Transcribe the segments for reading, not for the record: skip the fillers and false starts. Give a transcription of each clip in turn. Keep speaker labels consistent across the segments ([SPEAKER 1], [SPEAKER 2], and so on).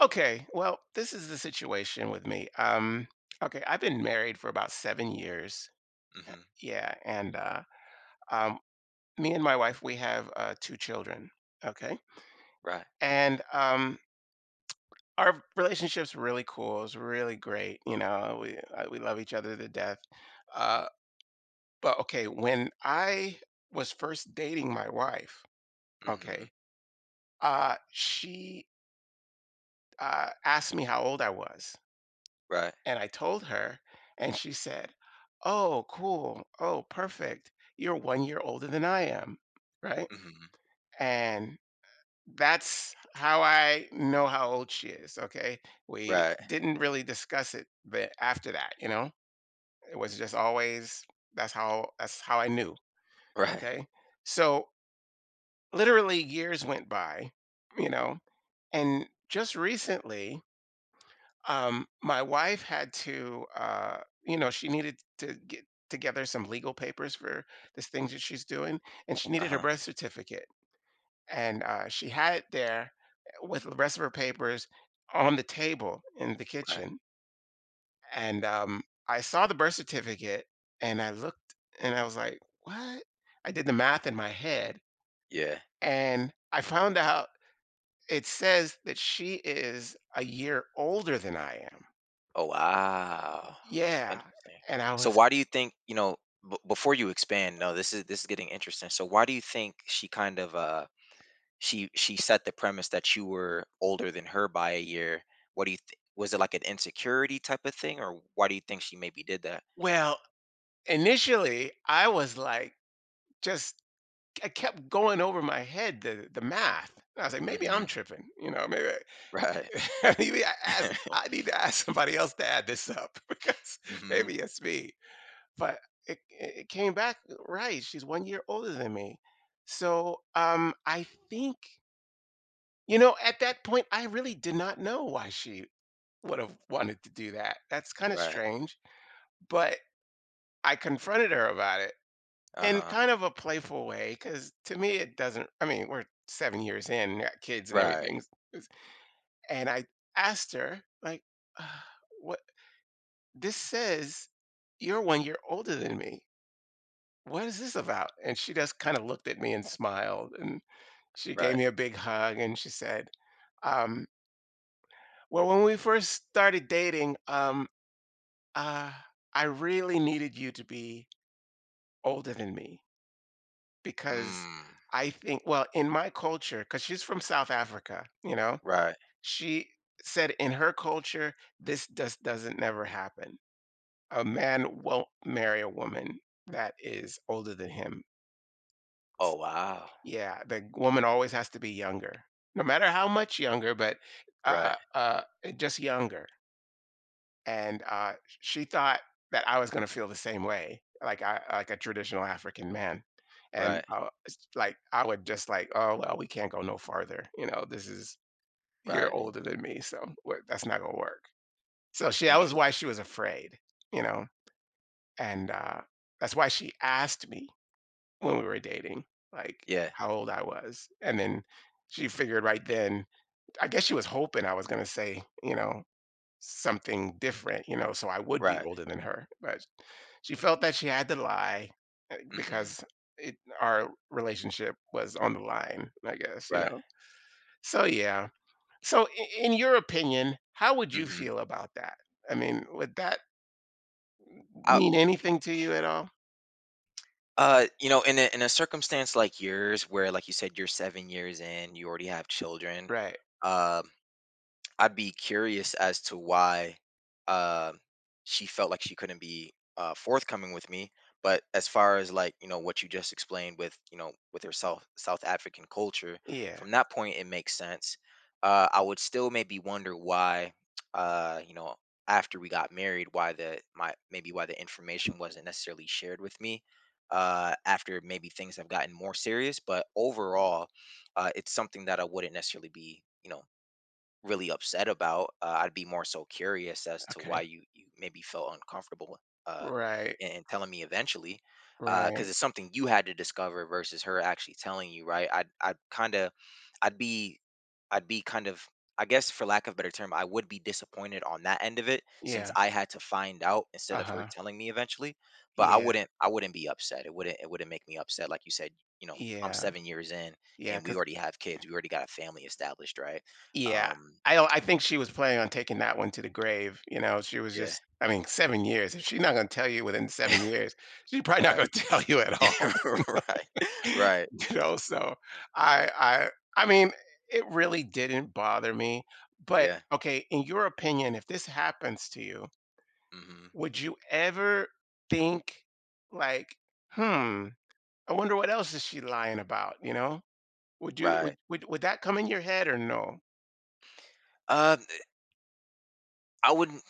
[SPEAKER 1] Okay, well, this is the situation with me. Okay, I've been married for about 7 years.
[SPEAKER 2] Mhm.
[SPEAKER 1] Yeah, and um, me and my wife, we have two children. Okay,
[SPEAKER 2] Right.
[SPEAKER 1] and our relationship's really cool. It's really great. We love each other to death. Uh, but okay, when I was first dating my wife, okay,
[SPEAKER 2] Mhm.
[SPEAKER 1] she asked me how old I was.
[SPEAKER 2] Right.
[SPEAKER 1] And I told her, and she said, "Oh, cool. Oh, perfect. You're one year older than I am." Right.
[SPEAKER 2] Mhm.
[SPEAKER 1] And that's how I know how old she is. Okay. We
[SPEAKER 2] Right.
[SPEAKER 1] didn't really discuss it after that, it was just always that's how I knew.
[SPEAKER 2] Right.
[SPEAKER 1] Okay. So literally years went by, you know, and just recently my wife had to, she needed to get together some legal papers for this thing that she's doing, and she needed her
[SPEAKER 2] Uh-huh.
[SPEAKER 1] birth certificate, and she had it there with the rest of her papers on the table in the
[SPEAKER 2] Right.
[SPEAKER 1] kitchen, and I saw the birth certificate, and I looked, and I was like, "What?" I did the math in my head,
[SPEAKER 2] Yeah.
[SPEAKER 1] and I found out it says that she is a year older than I am.
[SPEAKER 2] Oh, wow.
[SPEAKER 1] Yeah,
[SPEAKER 2] Interesting.
[SPEAKER 1] and I
[SPEAKER 2] So
[SPEAKER 1] was
[SPEAKER 2] why do you think, before you expand, no, this is getting interesting. So why do you think she kind of she set the premise that you were older than her by a year? What do you think? Was it like an insecurity type of thing, or why do you think she maybe did that?
[SPEAKER 1] well, initially, I was like, just I kept going over my head the math. And I was like, maybe I'm
[SPEAKER 2] Mhm.
[SPEAKER 1] tripping, maybe,
[SPEAKER 2] Right.
[SPEAKER 1] I need to ask somebody else to add this up because
[SPEAKER 2] Mhm.
[SPEAKER 1] maybe it's me. But it came back right. She's one year older than me. So I think, at that point, I really did not know why she would have wanted to do that. That's kind of
[SPEAKER 2] Right.
[SPEAKER 1] strange. But I confronted her about it in
[SPEAKER 2] Uh-huh.
[SPEAKER 1] kind of a playful way, because to me it doesn't, I mean, we're 7 years in, got kids and
[SPEAKER 2] Right.
[SPEAKER 1] everything, and I asked her, like, uh, what this says, "You're one year older than me. What is this about?" And she just kind of looked at me and smiled, and she gave
[SPEAKER 2] Right.
[SPEAKER 1] me a big hug, and she said, um, "Well, when we first started dating, uh, I really needed you to be older than me." Because
[SPEAKER 2] Mm.
[SPEAKER 1] I think, well, in my culture, because she's from South Africa,
[SPEAKER 2] Right.
[SPEAKER 1] she said, in her culture, this just doesn't never happen. A man won't marry a woman that is older than him. S
[SPEAKER 2] Oh, wow.
[SPEAKER 1] Yeah, the woman always has to be younger, no matter how much younger, but,
[SPEAKER 2] Right,
[SPEAKER 1] uh, uh, just younger. And she thought that I was going to feel the same way, like I like a traditional African man, and
[SPEAKER 2] right,
[SPEAKER 1] it's like I would just like, "Oh well, we can't go no farther. You know, this is you're
[SPEAKER 2] right.
[SPEAKER 1] older than me, so that's not going to work." So she that was why
[SPEAKER 2] Interesting.
[SPEAKER 1] she was afraid, you know, and that's why she asked me when we were dating, like
[SPEAKER 2] Yeah,
[SPEAKER 1] how old I was, and then she figured right then. I guess she was hoping I was going to say, something different, so I would be
[SPEAKER 2] right.
[SPEAKER 1] older than her. But she felt that she had to lie,
[SPEAKER 2] Mhm,
[SPEAKER 1] because it our relationship was on the line, I guess, you
[SPEAKER 2] right.
[SPEAKER 1] know? So, yeah. So I in your opinion, how would you
[SPEAKER 2] Mhm.
[SPEAKER 1] feel about that? I mean, would that
[SPEAKER 2] I
[SPEAKER 1] mean anything to you at all?
[SPEAKER 2] in a circumstance like yours where, like you said, you're 7 years in, you already have children.
[SPEAKER 1] Right.
[SPEAKER 2] um I'd be curious as to why uh, she felt like she couldn't be forthcoming with me. But as far as like what you just explained with with her South African culture,
[SPEAKER 1] Yeah.
[SPEAKER 2] from that point it makes sense. I would still maybe wonder why uh, you know after we got married, why the information wasn't necessarily shared with me after maybe things have gotten more serious. But overall, it's something that I wouldn't necessarily be really upset about. I'd be more so curious as to
[SPEAKER 1] Okay.
[SPEAKER 2] why you maybe felt uncomfortable uh,
[SPEAKER 1] Right.
[SPEAKER 2] in telling me eventually,
[SPEAKER 1] Right.
[SPEAKER 2] because it's something you had to discover versus her actually telling you, right? I'd be I'd be kind of, I guess, for lack of a better term, I would be disappointed on that end of it, since
[SPEAKER 1] Yeah.
[SPEAKER 2] I had to find out instead of her
[SPEAKER 1] Uh-huh.
[SPEAKER 2] telling me eventually. But I
[SPEAKER 1] Yeah.
[SPEAKER 2] wouldn't I wouldn't be upset. It wouldn't make me upset. Like you said, I'm
[SPEAKER 1] Yeah.
[SPEAKER 2] 7 years in,
[SPEAKER 1] Yeah.
[SPEAKER 2] and we
[SPEAKER 1] Because
[SPEAKER 2] already have kids. We already got a family established, right?
[SPEAKER 1] yeah.
[SPEAKER 2] Um
[SPEAKER 1] I don't, I think she was planning on taking that one to the grave, you know? She was
[SPEAKER 2] Yeah.
[SPEAKER 1] just, I mean, 7 years. If she's not gonna tell you within 7 years, she's probably not
[SPEAKER 2] Right.
[SPEAKER 1] gonna tell you at all.
[SPEAKER 2] Right. Right.
[SPEAKER 1] So I I mean, it really didn't bother me. But
[SPEAKER 2] Yeah.
[SPEAKER 1] okay, in your opinion, if this happens to you,
[SPEAKER 2] Mhm.
[SPEAKER 1] would you ever think, like, "Hmm, I wonder what else is she lying about," you know? Would you
[SPEAKER 2] Right.
[SPEAKER 1] would would would that come in your head or no?
[SPEAKER 2] Uh, I wouldn't,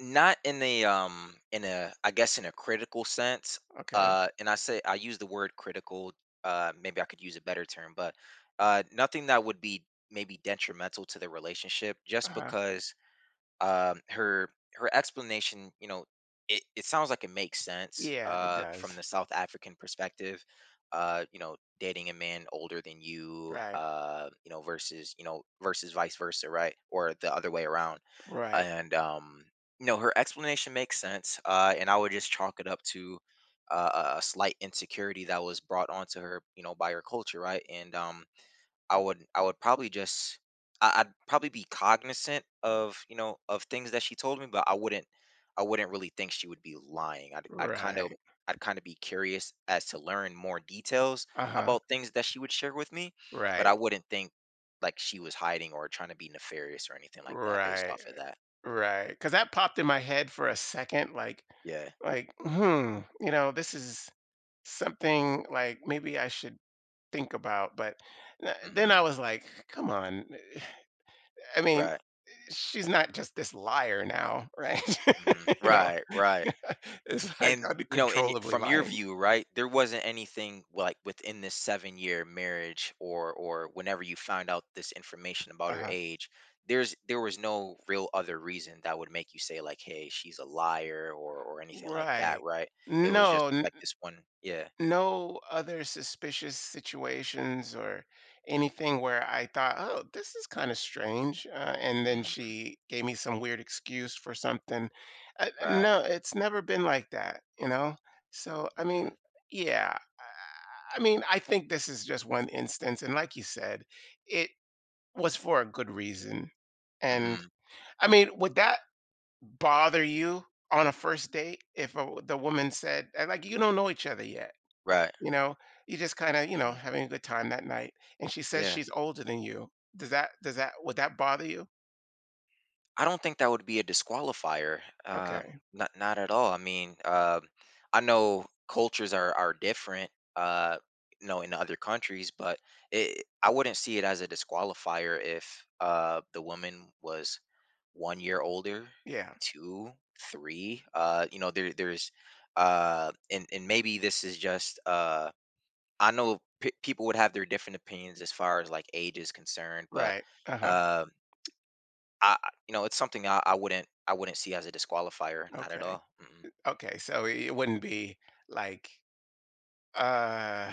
[SPEAKER 2] not in a in a, I guess, in a critical sense.
[SPEAKER 1] Okay.
[SPEAKER 2] And I use the word critical. Maybe I could use a better term, but nothing that would be maybe detrimental to the relationship, just
[SPEAKER 1] Uh-huh.
[SPEAKER 2] because her explanation, it sounds like it makes sense
[SPEAKER 1] Yeah, it
[SPEAKER 2] from
[SPEAKER 1] does.
[SPEAKER 2] the South African perspective, dating a man older than you,
[SPEAKER 1] Right.
[SPEAKER 2] you know versus vice versa, right, or the other way around.
[SPEAKER 1] Right.
[SPEAKER 2] And her explanation makes sense, and I would just chalk it up to a slight insecurity that was brought onto her, by her culture, right. And I would probably just, I'd probably be cognizant of things that she told me, but I wouldn't really think she would be lying. I'd I'd kind of
[SPEAKER 1] Right.
[SPEAKER 2] I'd kind of be curious as to learn more details
[SPEAKER 1] Uh-huh.
[SPEAKER 2] about things that she would share with me, but I
[SPEAKER 1] Right.
[SPEAKER 2] wouldn't think like she was hiding or trying to be nefarious or anything like that, based
[SPEAKER 1] Right.
[SPEAKER 2] off of that.
[SPEAKER 1] Right, because that popped in my head for a second, like
[SPEAKER 2] Yeah.
[SPEAKER 1] like, this is something like maybe I should think about. But then
[SPEAKER 2] Hmm.
[SPEAKER 1] I was like, come on. I mean,
[SPEAKER 2] Right.
[SPEAKER 1] she's not just this liar now, right?
[SPEAKER 2] Hmm.
[SPEAKER 1] you know,
[SPEAKER 2] Right. Right.
[SPEAKER 1] it's like
[SPEAKER 2] And
[SPEAKER 1] I'd controllably
[SPEAKER 2] from your
[SPEAKER 1] lying.
[SPEAKER 2] view, right, there wasn't anything like within this 7-year marriage, or whenever you found out this information about her
[SPEAKER 1] Uh-huh.
[SPEAKER 2] age, there was no real other reason that would make you say like, hey, she's a liar, or anything like that,
[SPEAKER 1] Right.
[SPEAKER 2] right. It was just
[SPEAKER 1] No.
[SPEAKER 2] like this one. Yeah.
[SPEAKER 1] No other suspicious situations or anything where I thought, "Oh, this is kind of strange," and then
[SPEAKER 2] Mhm,
[SPEAKER 1] she gave me some weird excuse for something. Uh,
[SPEAKER 2] right.
[SPEAKER 1] no, it's never been like that, you know? So, I
[SPEAKER 2] Hmm.
[SPEAKER 1] mean, yeah. I mean, I think this is just one instance, and like you said, it was for a good reason. And
[SPEAKER 2] Hmm.
[SPEAKER 1] I mean, would that bother you on a first date if the woman said, like, you don't know each other yet?
[SPEAKER 2] Right.
[SPEAKER 1] You know, you just kinda,
[SPEAKER 2] Mhm,
[SPEAKER 1] having a good time that night, and she says
[SPEAKER 2] yeah.
[SPEAKER 1] she's older than you. Does that would that bother you?
[SPEAKER 2] I don't think that would be a disqualifier.
[SPEAKER 1] Okay.
[SPEAKER 2] Not at all. I mean, I know cultures are different, in other countries. But I wouldn't see it as a disqualifier if the woman was one year older,
[SPEAKER 1] Yeah.
[SPEAKER 2] two, three. There's and maybe this is just, I know people would have their different opinions as far as like age is concerned, but.
[SPEAKER 1] Right. Uh-huh.
[SPEAKER 2] Um, it's something I wouldn't see as a disqualifier, not at
[SPEAKER 1] Okay.
[SPEAKER 2] all. Mm-mm.
[SPEAKER 1] Okay, so it wouldn't be like, uh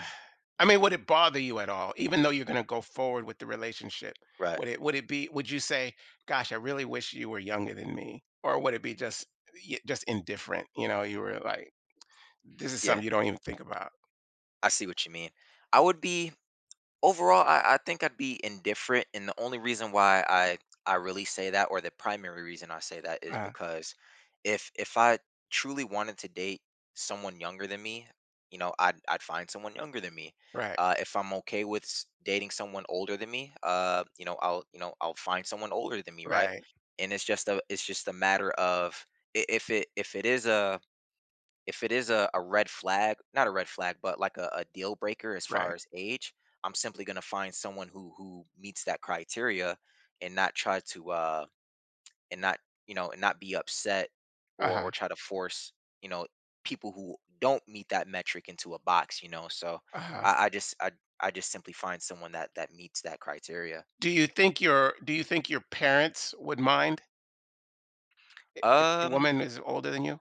[SPEAKER 1] I mean, would it bother you at all? Even though you're gonna go forward with the relationship,
[SPEAKER 2] Right.
[SPEAKER 1] would it be would you say, "Gosh, I really wish you were younger than me," or would it be just y just indifferent, you were like, "This is
[SPEAKER 2] Yeah.
[SPEAKER 1] something you don't even think about."
[SPEAKER 2] I see what you mean. I would be. Overall, I think I'd be indifferent, and the only reason why I really say that, or the primary reason I say that, is
[SPEAKER 1] Uh,
[SPEAKER 2] because if I truly wanted to date someone younger than me, I'd find someone younger than me.
[SPEAKER 1] right.
[SPEAKER 2] If I'm okay with dating someone older than me, I'll, I'll find someone older than me, right.
[SPEAKER 1] Right.
[SPEAKER 2] And it's just a matter of i- if it if it is a if it is a red flag, not a red flag, but like a deal breaker as
[SPEAKER 1] Right.
[SPEAKER 2] far as age. I'm simply gonna find someone who meets that criteria and not try to, and not, and not be upset, or
[SPEAKER 1] Uh-huh.
[SPEAKER 2] try to force, you know, people who don't meet that metric into a box, you know? So,
[SPEAKER 1] Uh-huh.
[SPEAKER 2] I I just I I just simply find someone that meets that criteria.
[SPEAKER 1] Do you think your parents would mind I if the
[SPEAKER 2] Um
[SPEAKER 1] woman is older than you?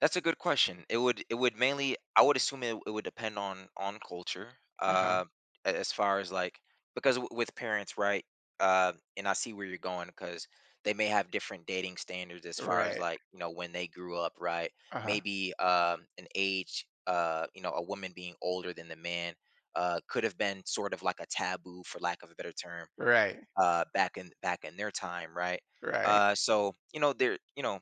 [SPEAKER 2] That's a good question. It would mainly, I would assume, it would depend on culture.
[SPEAKER 1] Uh-huh.
[SPEAKER 2] Uh, as far as like, because with parents, right? And I see where you're going, because they may have different dating standards as far as
[SPEAKER 1] Right.
[SPEAKER 2] like, when they grew up, right?
[SPEAKER 1] Uh-huh.
[SPEAKER 2] Maybe an age, a woman being older than the man could have been sort of like a taboo, for lack of a better term,
[SPEAKER 1] Right.
[SPEAKER 2] back in their time, right?
[SPEAKER 1] Right.
[SPEAKER 2] So you know there you know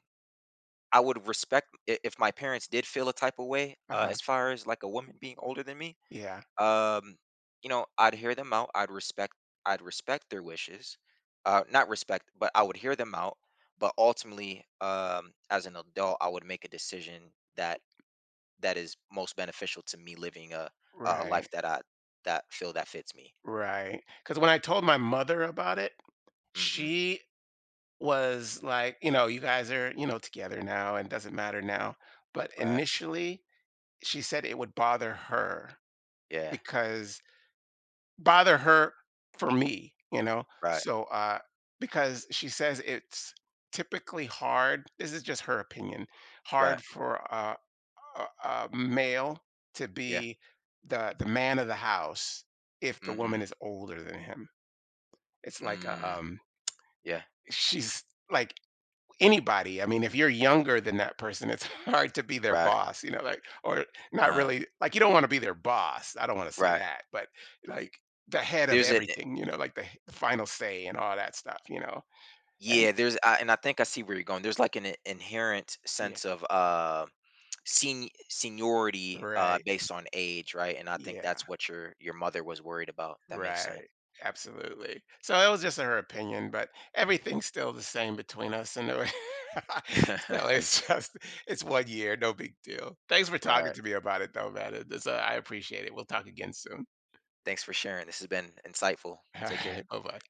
[SPEAKER 2] I would respect, if my parents did feel a type of way,
[SPEAKER 1] Uh-huh.
[SPEAKER 2] as far as like a woman being older than me.
[SPEAKER 1] Yeah.
[SPEAKER 2] Um, I'd hear them out. I'd respect. I'd respect their wishes. Not respect, but I would hear them out. But ultimately, as an adult, I would make a decision that is most beneficial to me, living a
[SPEAKER 1] Right.
[SPEAKER 2] life that I that feel that fits me.
[SPEAKER 1] Right. Because when I told my mother about it,
[SPEAKER 2] Mm-hmm.
[SPEAKER 1] she was like, "You guys are, you know, together now and doesn't matter now." But
[SPEAKER 2] Right.
[SPEAKER 1] initially, she said it would bother her,
[SPEAKER 2] Yeah.
[SPEAKER 1] because bother her for me, you know?
[SPEAKER 2] Right.
[SPEAKER 1] So, because she says it's typically hard, this is just her opinion,
[SPEAKER 2] Right.
[SPEAKER 1] hard for a a male to
[SPEAKER 2] Yeah.
[SPEAKER 1] be the man of the house if the woman
[SPEAKER 2] Mm-hmm.
[SPEAKER 1] is older than him. It's like
[SPEAKER 2] Mm. Yeah.
[SPEAKER 1] she's like anybody. I mean, if you're younger than that person, it's hard to be their
[SPEAKER 2] Right.
[SPEAKER 1] boss, you know, like, or
[SPEAKER 2] Uh
[SPEAKER 1] not
[SPEAKER 2] huh.
[SPEAKER 1] really, like, you don't want to be their boss. I don't want to say
[SPEAKER 2] Right.
[SPEAKER 1] that, but like the, head of
[SPEAKER 2] There's a
[SPEAKER 1] everything, like the final say and all that stuff, and
[SPEAKER 2] Yeah, there's and I think I see where you're going. There's like an inherent
[SPEAKER 1] yeah,
[SPEAKER 2] sense of seniority
[SPEAKER 1] right.
[SPEAKER 2] based on age, right? And I think
[SPEAKER 1] Yeah,
[SPEAKER 2] that's what your mother was worried about. That makes sense.
[SPEAKER 1] right. Absolutely. So it was just her opinion, but everything's still the same between us. And there so it's just, it's one year, no big deal. Thanks for talking
[SPEAKER 2] Right.
[SPEAKER 1] to me about it though, man. It's, I appreciate it. We'll talk again soon.
[SPEAKER 2] Thanks for sharing. This has been insightful.
[SPEAKER 1] All
[SPEAKER 2] Take
[SPEAKER 1] right.
[SPEAKER 2] care.
[SPEAKER 1] Bye bye.